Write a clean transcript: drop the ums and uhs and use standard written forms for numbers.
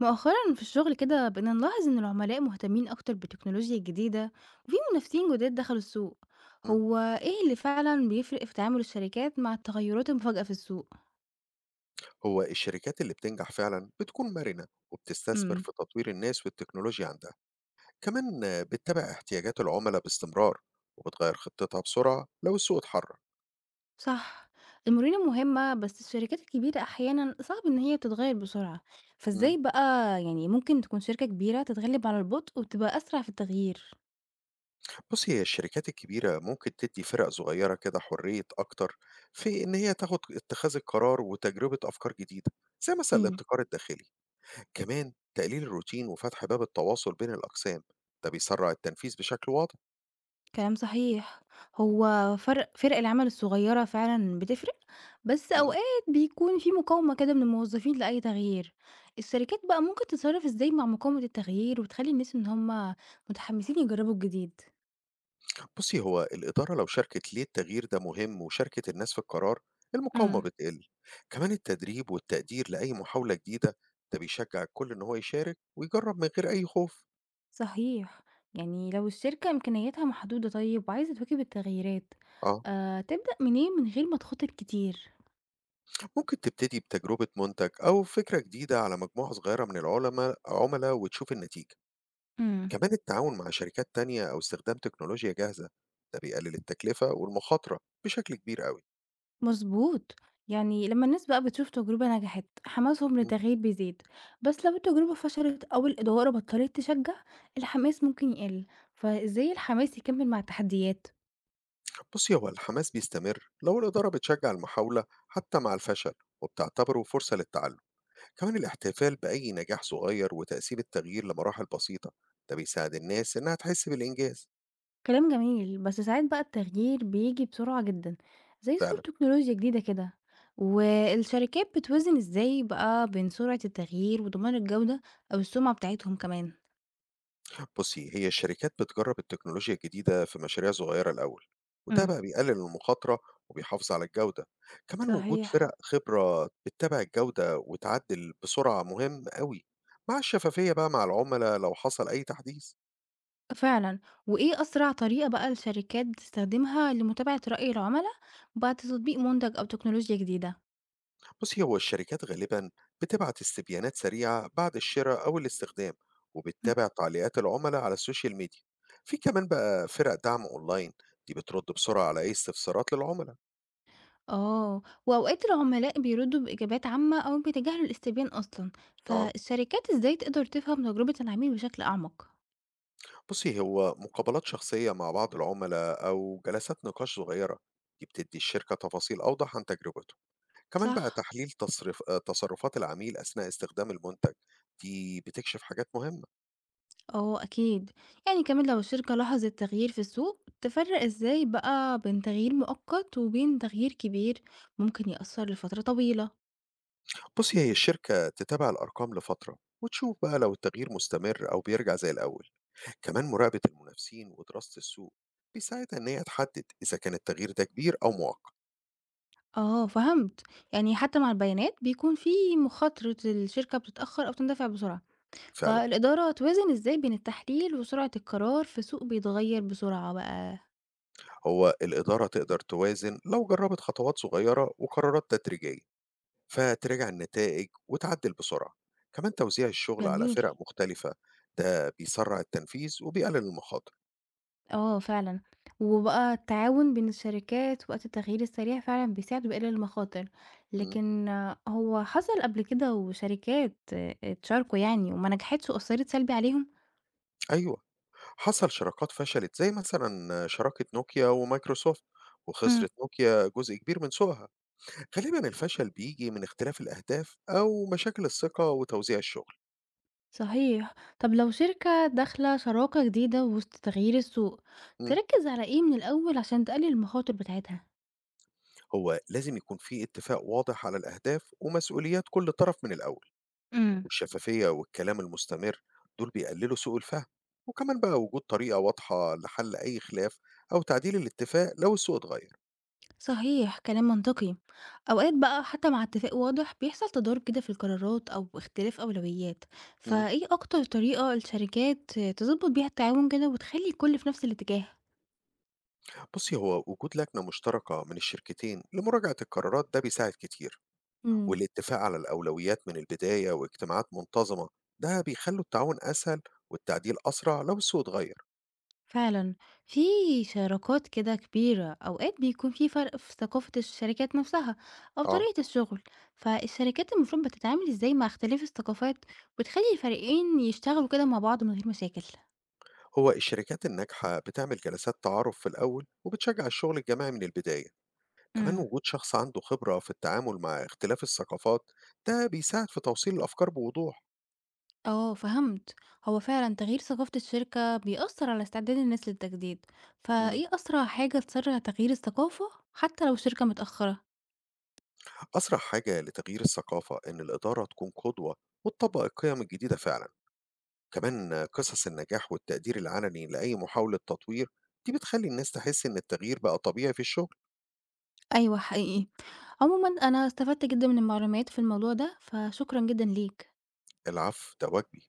مؤخرا في الشغل كده بقينا نلاحظ ان العملاء مهتمين اكتر بالتكنولوجيا الجديدة، وفي منافسين جداد دخلوا السوق. إمم، هو ايه اللي فعلا بيفرق في تعامل الشركات مع التغيرات المفاجئة في السوق؟ هو الشركات اللي بتنجح فعلًا بتكون مرنة وبتستثمر امم. في تطوير الناس والتكنولوجيا عندها، كمان بتتابع احتياجات العملاء باستمرار وبتغيّر خطتها بسرعة لو السوق اتحرك. صح، المرونة مهمة بس الشركات الكبيرة احيانا صعب ان هي تتغير بسرعة، إمم، فازاي بقى يعني ممكن تكون شركة كبيرة تتغلب على البطء وتبقى اسرع في التغيير؟ بُصّي، هي الشركات الكبيرة ممكن تدّي فرق صغيرة كده حرية أكتر في إن هي تاخد اتخاذ القرار وتجربة أفكار جديدة، زي مثلًا الابتكار الداخلي، كمان تقليل الروتين وفتح باب التواصل بين الأقسام، ده بيسرّع التنفيذ بشكل واضح. كلام صحيح. هو فرق العمل الصغيرة فعلًا بتفرق، بس إمم. أوقات بيكون في مقاومة كده من الموظفين لأي تغيير. الشركات بقى ممكن تتصرف إزاي مع مقاومة التغيير وتخلّي الناس إن هم متحمسين يجربوا الجديد؟ بُصّي، هو الإدارة لو شاركت ليه التغيير ده مهم وشاركت الناس في القرار، المقاومة امم. بتقل. كمان التدريب والتقدير لأي محاولة جديدة، ده بيشجّع الكل إن هو يشارك ويجرّب من غير أي خوف. صحيح. يعني لو الشركة إمكانياتها محدودة طيب وعايزة تواكب التغييرات، آه، تبدأ منين من غير ما تخاطر كتير؟ ممكن تبتدي بتجربة منتج أو فكرة جديدة على مجموعة صغيرة من عُملا وتشوف النتيجة. امم. كمان التعاون مع شركات تانية أو استخدام تكنولوجيا جاهزة، ده بيقلل التكلفة والمخاطرة بشكل كبير أوي. مظبوط، يعني لمّا الناس بقى بتشوف تجربة نجحت حماسهم للتغيير بيزيد، بس لو التجربة فشلت أو الإدارة بطلت تشجع الحماس ممكن يقل، فإزاي الحماس يكمل مع التحديات؟ بصي هو الحماس بيستمر لو الإدارة بتشجع المحاولة حتى مع الفشل وبتعتبره فرصة للتعلم. كمان الاحتفال بأي نجاح صغير وتقسيم التغيير لمراحل بسيطة، ده بيساعد الناس إنها تحس بالإنجاز. كلام جميل بس ساعات بقى التغيير بيجي بسرعة جدًا زي ظهور فعلا. تكنولوجيا جديدة كده، والشركات بتوازن إزاي بقى بين سرعة التغيير وضمان الجودة أو السمعة بتاعتهم كمان؟ بصي هي الشركات بتجرب التكنولوجيا الجديدة في مشاريع صغيرة الأول، وده إمم. بقى بيقلل المخاطرة وبيحافظ على الجودة. كمان وجود فرق صحيح. خبرة بتتابع الجودة وتعدل بسرعة مهم قوي. مع الشفافية بقى مع العملاء لو حصل أي تحديث. فعلًا، وإيه أسرع طريقة بقى الشركات بتستخدمها لمتابعة رأي العملاء بعد تطبيق منتج أو تكنولوجيا جديدة؟ بصي هو الشركات غالبا بتبعت استبيانات سريعة بعد الشراء أو الاستخدام، مم. وبتتابع تعليقات العملاء على السوشيال ميديا. في كمان بقى فرق دعم أونلاين، دي بترد بسرعة على أي استفسارات للعملاء. آه، وأوقات العملاء بيردوا بإجابات عامة أو بيتجاهلوا الاستبيان أصلا، اه. فالشركات إزاي تقدر تفهم تجربة العميل بشكل أعمق؟ بصي هو مقابلات شخصية مع بعض العملاء أو جلسات نقاش صغيرة، دي بتدي الشركة تفاصيل أوضح عن تجربته. كمان بقى صح. تحليل تصرفات العميل أثناء استخدام المنتج، دي بتكشف حاجات مهمة. آه أكيد، يعني كمان لو الشركة لاحظت تغيير في السوق تفرق إزاي بقى بين تغيير مؤقت وبين تغيير كبير ممكن يأثر لفترة طويلة؟ بُصّي، هي الشركة تتابع الأرقام لفترة وتشوف بقى لو التغيير مستمر أو بيرجع زي الأول، كمان مراقبة المنافسين ودراسة السوق بيساعدها إن هي تحدد إذا كان التغيير ده كبير أو مؤقت. آه فهمت، يعني حتى مع البيانات بيكون في مخاطرة الشركة بتتأخر أو تندفع بسرعة، فعلًا. فالإدارة توازن إزاي بين التحليل وسرعة القرار في سوق بيتغير بسرعة بقى؟ هو الإدارة تقدر توازن لو جربت خطوات صغيرة وقرارات تدريجية، فتراجع النتائج وتعدل بسرعة، كمان توزيع الشغل على جميل. فرق مختلفة، ده بيسرع التنفيذ وبيقلل المخاطر. آه فعلا، وبقى التعاون بين الشركات وقت التغيير السريع فعلا بيساعد بيقلل المخاطر، إمم، لكن هو حصل قبل كده وشركات اتشاركوا يعني وما نجحتش وأثرت سلبي عليهم؟ أيوه. حصل شراكات فشلت زي مثلا شراكة نوكيا ومايكروسوفت، وخسرت نوكيا جزء كبير من سوقها. غالبا الفشل بيجي من اختلاف الأهداف أو مشاكل الثقة وتوزيع الشغل. صحيح. طب لو شركة داخلة شراكة جديدة وسط تغيير السوق مم. تركز على ايه من الأول عشان تقلل المخاطر بتاعتها؟ هو لازم يكون في اتفاق واضح على الأهداف ومسؤوليات كل طرف من الأول، امم. والشفافية والكلام المستمر دول بيقللوا سوء الفهم. وكمان بقى وجود طريقة واضحة لحل أي خلاف أو تعديل الاتفاق لو السوق اتغير. صحيح، كلام منطقي. اوقات بقى حتى مع اتفاق واضح بيحصل تضارب كده في القرارات او اختلاف اولويات، مم. فايه اكتر طريقة الشركات تظبط بيها التعاون كده وتخلي الكل في نفس الاتجاه؟ بصي هو وجود لجنة مشتركة من الشركتين لمراجعة القرارات، ده بيساعد كتير. والاتفاق على الأولويات من البداية واجتماعات منتظمة، ده بيخلوا التعاون أسهل والتعديل أسرع لو السوق اتغير. فعلًا، في شراكات كده كبيرة أوقات بيكون في فرق في ثقافة الشركات نفسها أو آه، طريقة الشغل، فالشركات المفروض بتتعامل إزاي مع اختلاف الثقافات وتخلي الفريقين يشتغلوا كده مع بعض من غير مشاكل؟ هو الشركات الناجحة بتعمل جلسات تعارف في الأول وبتشجع الشغل الجماعي من البداية. كمان امم. وجود شخص عنده خبرة في التعامل مع اختلاف الثقافات، ده بيساعد في توصيل الأفكار بوضوح. اه فهمت. هو فعلا تغيير ثقافة الشركة بيأثر على استعداد الناس للتجديد، مم. فايه أسرع حاجة تسرع تغيير الثقافة حتى لو الشركة متأخرة؟ أسرع حاجة لتغيير الثقافة إن الإدارة تكون قدوة وتطبق القيم الجديدة فعلا. كمان قصص النجاح والتقدير العلني لأي محاولة تطوير، دي بتخلي الناس تحس إن التغيير بقى طبيعي في الشغل. أيوة حقيقي. عموما أنا استفدت جدا من المعلومات في الموضوع ده، فشكرا جدا ليك. العفو، ده واجبي.